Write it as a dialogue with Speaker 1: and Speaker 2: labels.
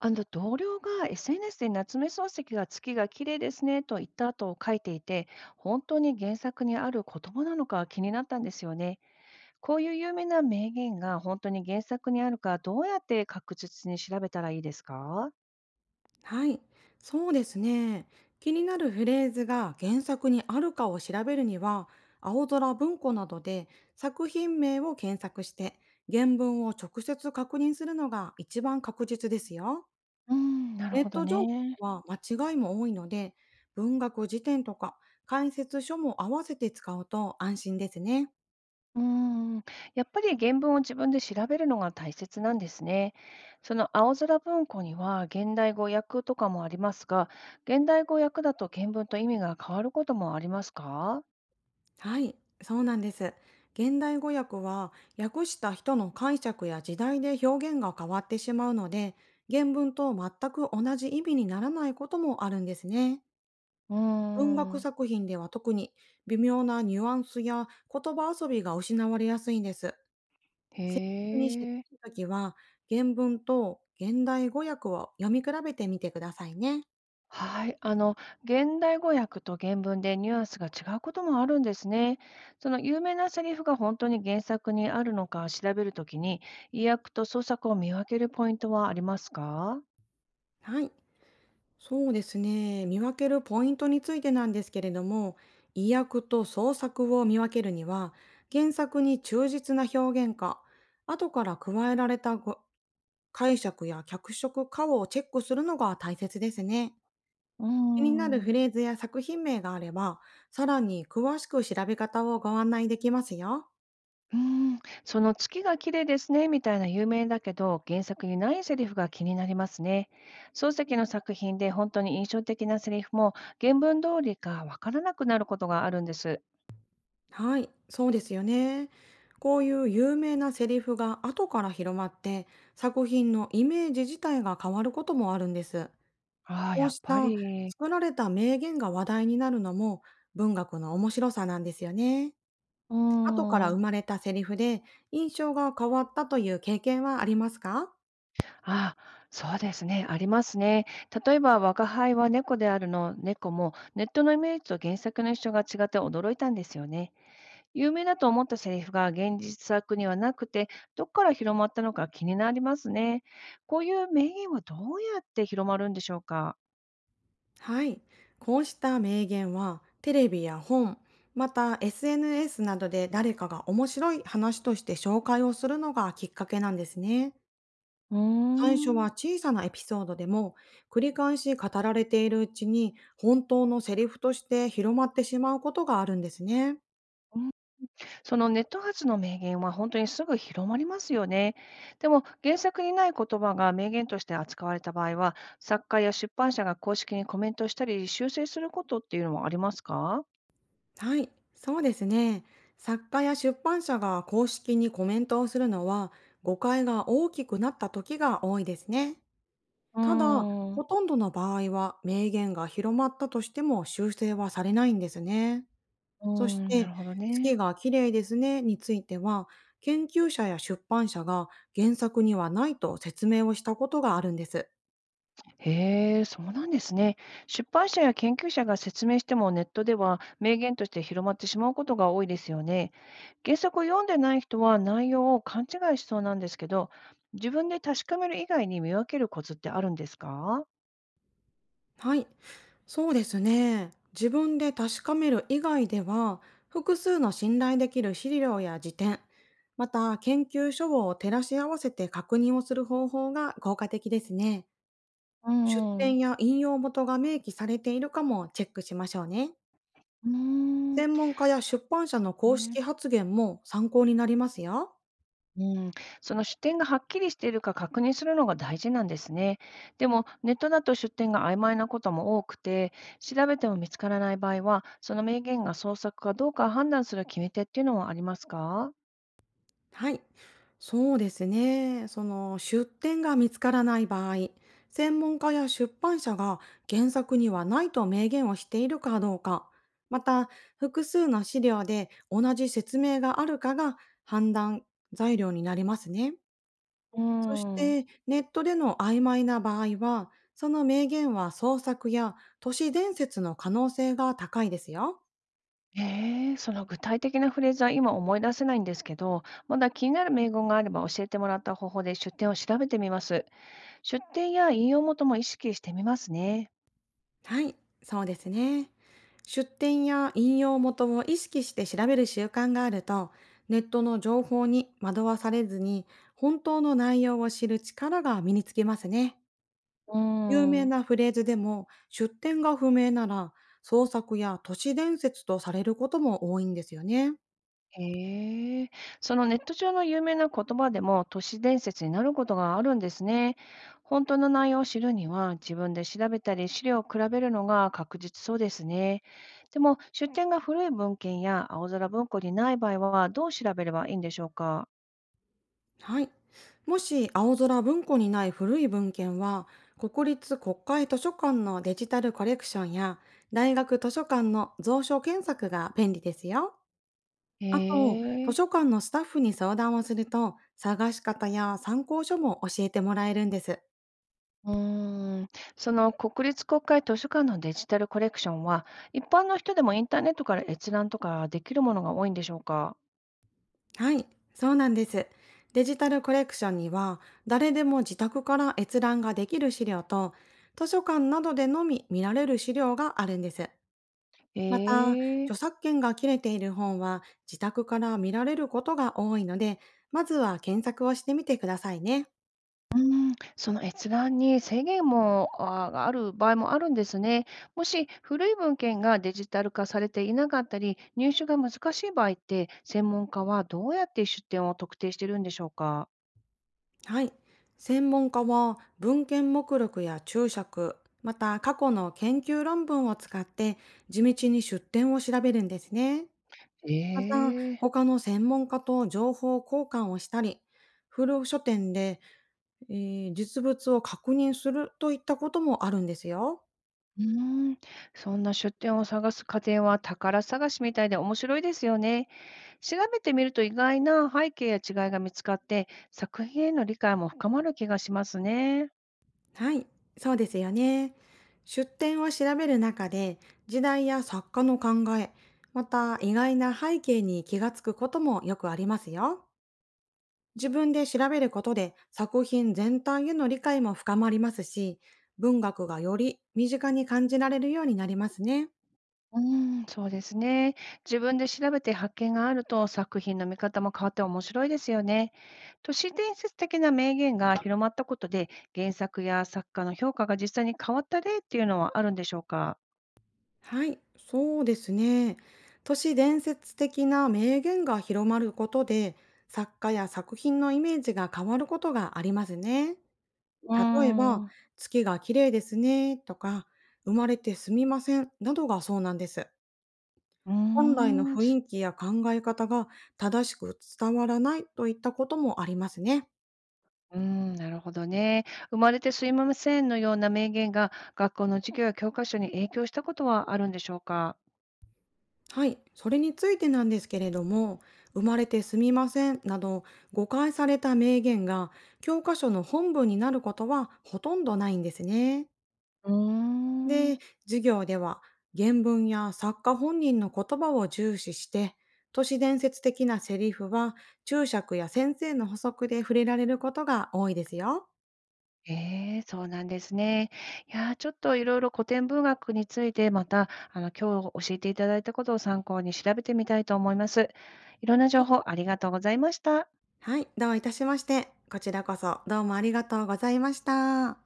Speaker 1: あの同僚が SNS で夏目漱石が月が綺麗ですねと言った後を書いていて、本当に原作にある言葉なのか気になったんですよね。こういう有名な名言が本当に原作にあるか、どうやって確実に調べたらいいですか？
Speaker 2: はい、そうですね。気になるフレーズが原作にあるかを調べるには、青空文庫などで作品名を検索して、原文を直接確認するのが一番確実ですよ。
Speaker 1: うーん、なる
Speaker 2: ネッ
Speaker 1: ほど
Speaker 2: ト情
Speaker 1: ね。
Speaker 2: 報は間違いも多いので、文学辞典とか解説書も合わせて使うと安心ですね。
Speaker 1: うーん、やっぱり原文を自分で調べるのが大切なんですね。その青空文庫には現代語訳とかもありますが、現代語訳だと原文と意味が変わることもありますか？
Speaker 2: はい、そうなんです。現代語訳は訳した人の解釈や時代で表現が変わってしまうので、原文と全く同じ意味にならないこともあるんですね。
Speaker 1: うー
Speaker 2: 文学
Speaker 1: ん、
Speaker 2: 作品では特に微妙なニュアンスや言葉遊びが失われやすいんです。
Speaker 1: へ
Speaker 2: 特に知ら
Speaker 1: え。
Speaker 2: ないときは原文と現代語訳を読み比べてみてくださいね。
Speaker 1: はい。現代語訳と原文でニュアンスが違うこともあるんですね。その有名なセリフが本当に原作にあるのか調べるときに、意訳と創作を見分けるポイントはありますか？
Speaker 2: はい。そうですね。見分けるポイントについてなんですけれども、意訳と創作を見分けるには、原作に忠実な表現か、後から加えられたご解釈や脚色かをチェックするのが大切ですね。
Speaker 1: うー
Speaker 2: 気になるフ
Speaker 1: ん。
Speaker 2: レーズや作品名があれば、さらに詳しく調べ方をご案内できますよ。
Speaker 1: うーん、その月が綺麗ですねみたいな有名だけど原作にないセリフが気になりますね。漱石の作品で本当に印象的なセリフも原文通りかわからなくなることがあるんです。
Speaker 2: はい、そうですよね。こういう有名なセリフが後から広まって、作品のイメージ自体が変わることもあるんです。
Speaker 1: ああ、
Speaker 2: こう
Speaker 1: やっ
Speaker 2: し
Speaker 1: ぱ
Speaker 2: た
Speaker 1: り。
Speaker 2: 作られた名言が話題になるのも文学の面白さなんですよね。
Speaker 1: うー
Speaker 2: 後から生
Speaker 1: ん。
Speaker 2: まれたセリフで印象が変わったという経験はありますか？
Speaker 1: ああ、そうですね、ありますね。例えば、「若輩は猫である」の猫も、ネットのイメージと原作の印象が違って驚いたんですよね。有名だと思ったセリフが現実作にはなくて、どっから広まったのか気になりますね。こういう名言はどうやって広まるんでしょうか？
Speaker 2: はい。こうした名言はテレビや本、また SNS などで誰かが面白い話として紹介をするのがきっかけなんですね。
Speaker 1: うー
Speaker 2: 最初は
Speaker 1: ん。
Speaker 2: 小さなエピソードでも繰り返し語られているうちに本当のセリフとして広まってしまうことがあるんですね。
Speaker 1: うん。そのネット発の名言は本当にすぐ広まりますよね。でも原作にない言葉が名言として扱われた場合は、作家や出版社が公式にコメントしたり修正することっていうのもありますか？
Speaker 2: はい、そうですね。作家や出版社が公式にコメントをするのは誤解が大きくなった時が多いですね。
Speaker 1: うー
Speaker 2: ただ、
Speaker 1: ん、
Speaker 2: ほ
Speaker 1: う
Speaker 2: とんどの場合は名言が広まったとしても修正はされないんですね。
Speaker 1: ー
Speaker 2: そし
Speaker 1: ん、な
Speaker 2: て、
Speaker 1: るほどね。
Speaker 2: 月が綺麗ですねについては、研究者や出版社が原作にはないと説明をしたことがあるんです。
Speaker 1: へえ、そうなんですね。出版社や研究者が説明してもネットでは名言として広まってしまうことが多いですよね。原作を読んでない人は内容を勘違いしそうなんですけど、自分で確かめる以外に見分けるコツってあるんですか？
Speaker 2: はい。そうですね。自分で確かめる以外では、複数の信頼できる資料や辞典、また研究書を照らし合わせて確認をする方法が効果的ですね。
Speaker 1: う
Speaker 2: 出
Speaker 1: ん、
Speaker 2: 典
Speaker 1: う
Speaker 2: や引用元が明記されているかもチェックしましょうね。
Speaker 1: ーん、
Speaker 2: 専門家や
Speaker 1: そ
Speaker 2: 出版社の
Speaker 1: う
Speaker 2: 公式
Speaker 1: ね。
Speaker 2: 発言も参考になりますよ。
Speaker 1: うん、その出典がはっきりしているか確認するのが大事なんですね。でも、ネットだと出典が曖昧なことも多くて、調べても見つからない場合は、その名言が創作かどうか判断する決め手っていうのはありますか？
Speaker 2: はい、そうですね。その出典が見つからない場合、専門家や出版社が原作にはないと明言をしているかどうか、また複数の資料で同じ説明があるかが判断材料になりますね。
Speaker 1: うー
Speaker 2: そし
Speaker 1: ん
Speaker 2: てネットでの曖昧な場合は、その明言は創作や都市伝説の可能性が高いですよ。
Speaker 1: ええ、その具体的なフレーズは今思い出せないんですけど、まだ気になる名言があれば教えてもらった方法で出典を調べてみます。出典や引用元も意識してみますね。
Speaker 2: はい、そうですね。出典や引用元を意識して調べる習慣があると、ネットの情報に惑わされずに、本当の内容を知る力が身につきますね。
Speaker 1: うー
Speaker 2: 有名
Speaker 1: ん
Speaker 2: なフレーズでも、出典が不明なら、創作や都市伝説とされることも多いんですよね。
Speaker 1: へえ、そのネット上の有名な言葉でも都市伝説になることがあるんですね。本当の内容を知るには自分で調べたり資料を比べるのが確実そうですね。でも出典が古い文献や青空文庫にない場合はどう調べればいいんでしょうか。
Speaker 2: はい。もし青空文庫にない古い文献は、国立国会図書館のデジタルコレクションや、大学図書館の蔵書検索が便利ですよ。
Speaker 1: へ
Speaker 2: あと、図
Speaker 1: え。
Speaker 2: 書館のスタッフに相談をすると、探し方や参考書も教えてもらえるんです。
Speaker 1: うーん、その国立国会図書館のデジタルコレクションは一般の人でもインターネットから閲覧とかできるものが多いんでしょうか。
Speaker 2: はい、そうなんです。デジタルコレクションには、誰でも自宅から閲覧ができる資料と、図書館などでのみ見られる資料があるんです。
Speaker 1: え
Speaker 2: また、著
Speaker 1: え
Speaker 2: 作権が切れている本は自宅から見られることが多いので、まずは検索をしてみてくださいね。
Speaker 1: うーん、その閲覧に制限も、ある場合もあるんですね。もし古い文献がデジタル化されていなかったり、入手が難しい場合って、専門家はどうやって出典を特定してるんでしょうか？
Speaker 2: はい。専門家は文献目録や注釈、また過去の研究論文を使って地道に出典を調べるんですね。
Speaker 1: え
Speaker 2: また、
Speaker 1: え。
Speaker 2: 他の専門家と情報交換をしたり、古書店で、え実物を確認するといったこともあるんですよ。
Speaker 1: うーん、そんな出典を探す過程は宝探しみたいで面白いですよね。調べてみると意外な背景や違いが見つかって、作品への理解も深まる気がしますね。
Speaker 2: はい、そうですよね。出典を調べる中で、時代や作家の考え、また意外な背景に気がつくこともよくありますよ。自分で調べることで作品全体への理解も深まりますし、文学がより身近に感じられるようになりますね。
Speaker 1: うーん、そうですね。自分で調べて発見があると作品の見方も変わって面白いですよね。都市伝説的な名言が広まったことで原作や作家の評価が実際に変わった例っていうのはあるんでしょうか？
Speaker 2: はい、そうですね。都市伝説的な名言が広まることで、作家や作品のイメージが変わることがありますね。
Speaker 1: うー
Speaker 2: 例え
Speaker 1: ん、
Speaker 2: ば、
Speaker 1: う
Speaker 2: 月が綺麗ですねとか、生まれてすみませんなどがそうなんです。
Speaker 1: ー
Speaker 2: 本来の
Speaker 1: ん、
Speaker 2: 雰囲気や考え方が正しく伝わらないといったこともありますね。
Speaker 1: うーん、なるほどね。生まれてすいませんのような名言が学校の授業や教科書に影響したことはあるんでしょうか？
Speaker 2: はい。それについてなんですけれども、生まれてすみませんなど誤解された名言が教科書の本文になることはほとんどないんですね。
Speaker 1: うーん。
Speaker 2: で、授業では原文や作家本人の言葉を重視して、都市伝説的なセリフは注釈や先生の補足で触れられることが多いですよ。
Speaker 1: ええ、そうなんですね。いやー、ちょっといろいろ古典文学について、また、今日教えていただいたことを参考に調べてみたいと思います。いろんな
Speaker 2: は
Speaker 1: 情
Speaker 2: い、
Speaker 1: 報ありがとうございました。
Speaker 2: どういたしまして。こちらこそどうもありがとうございました。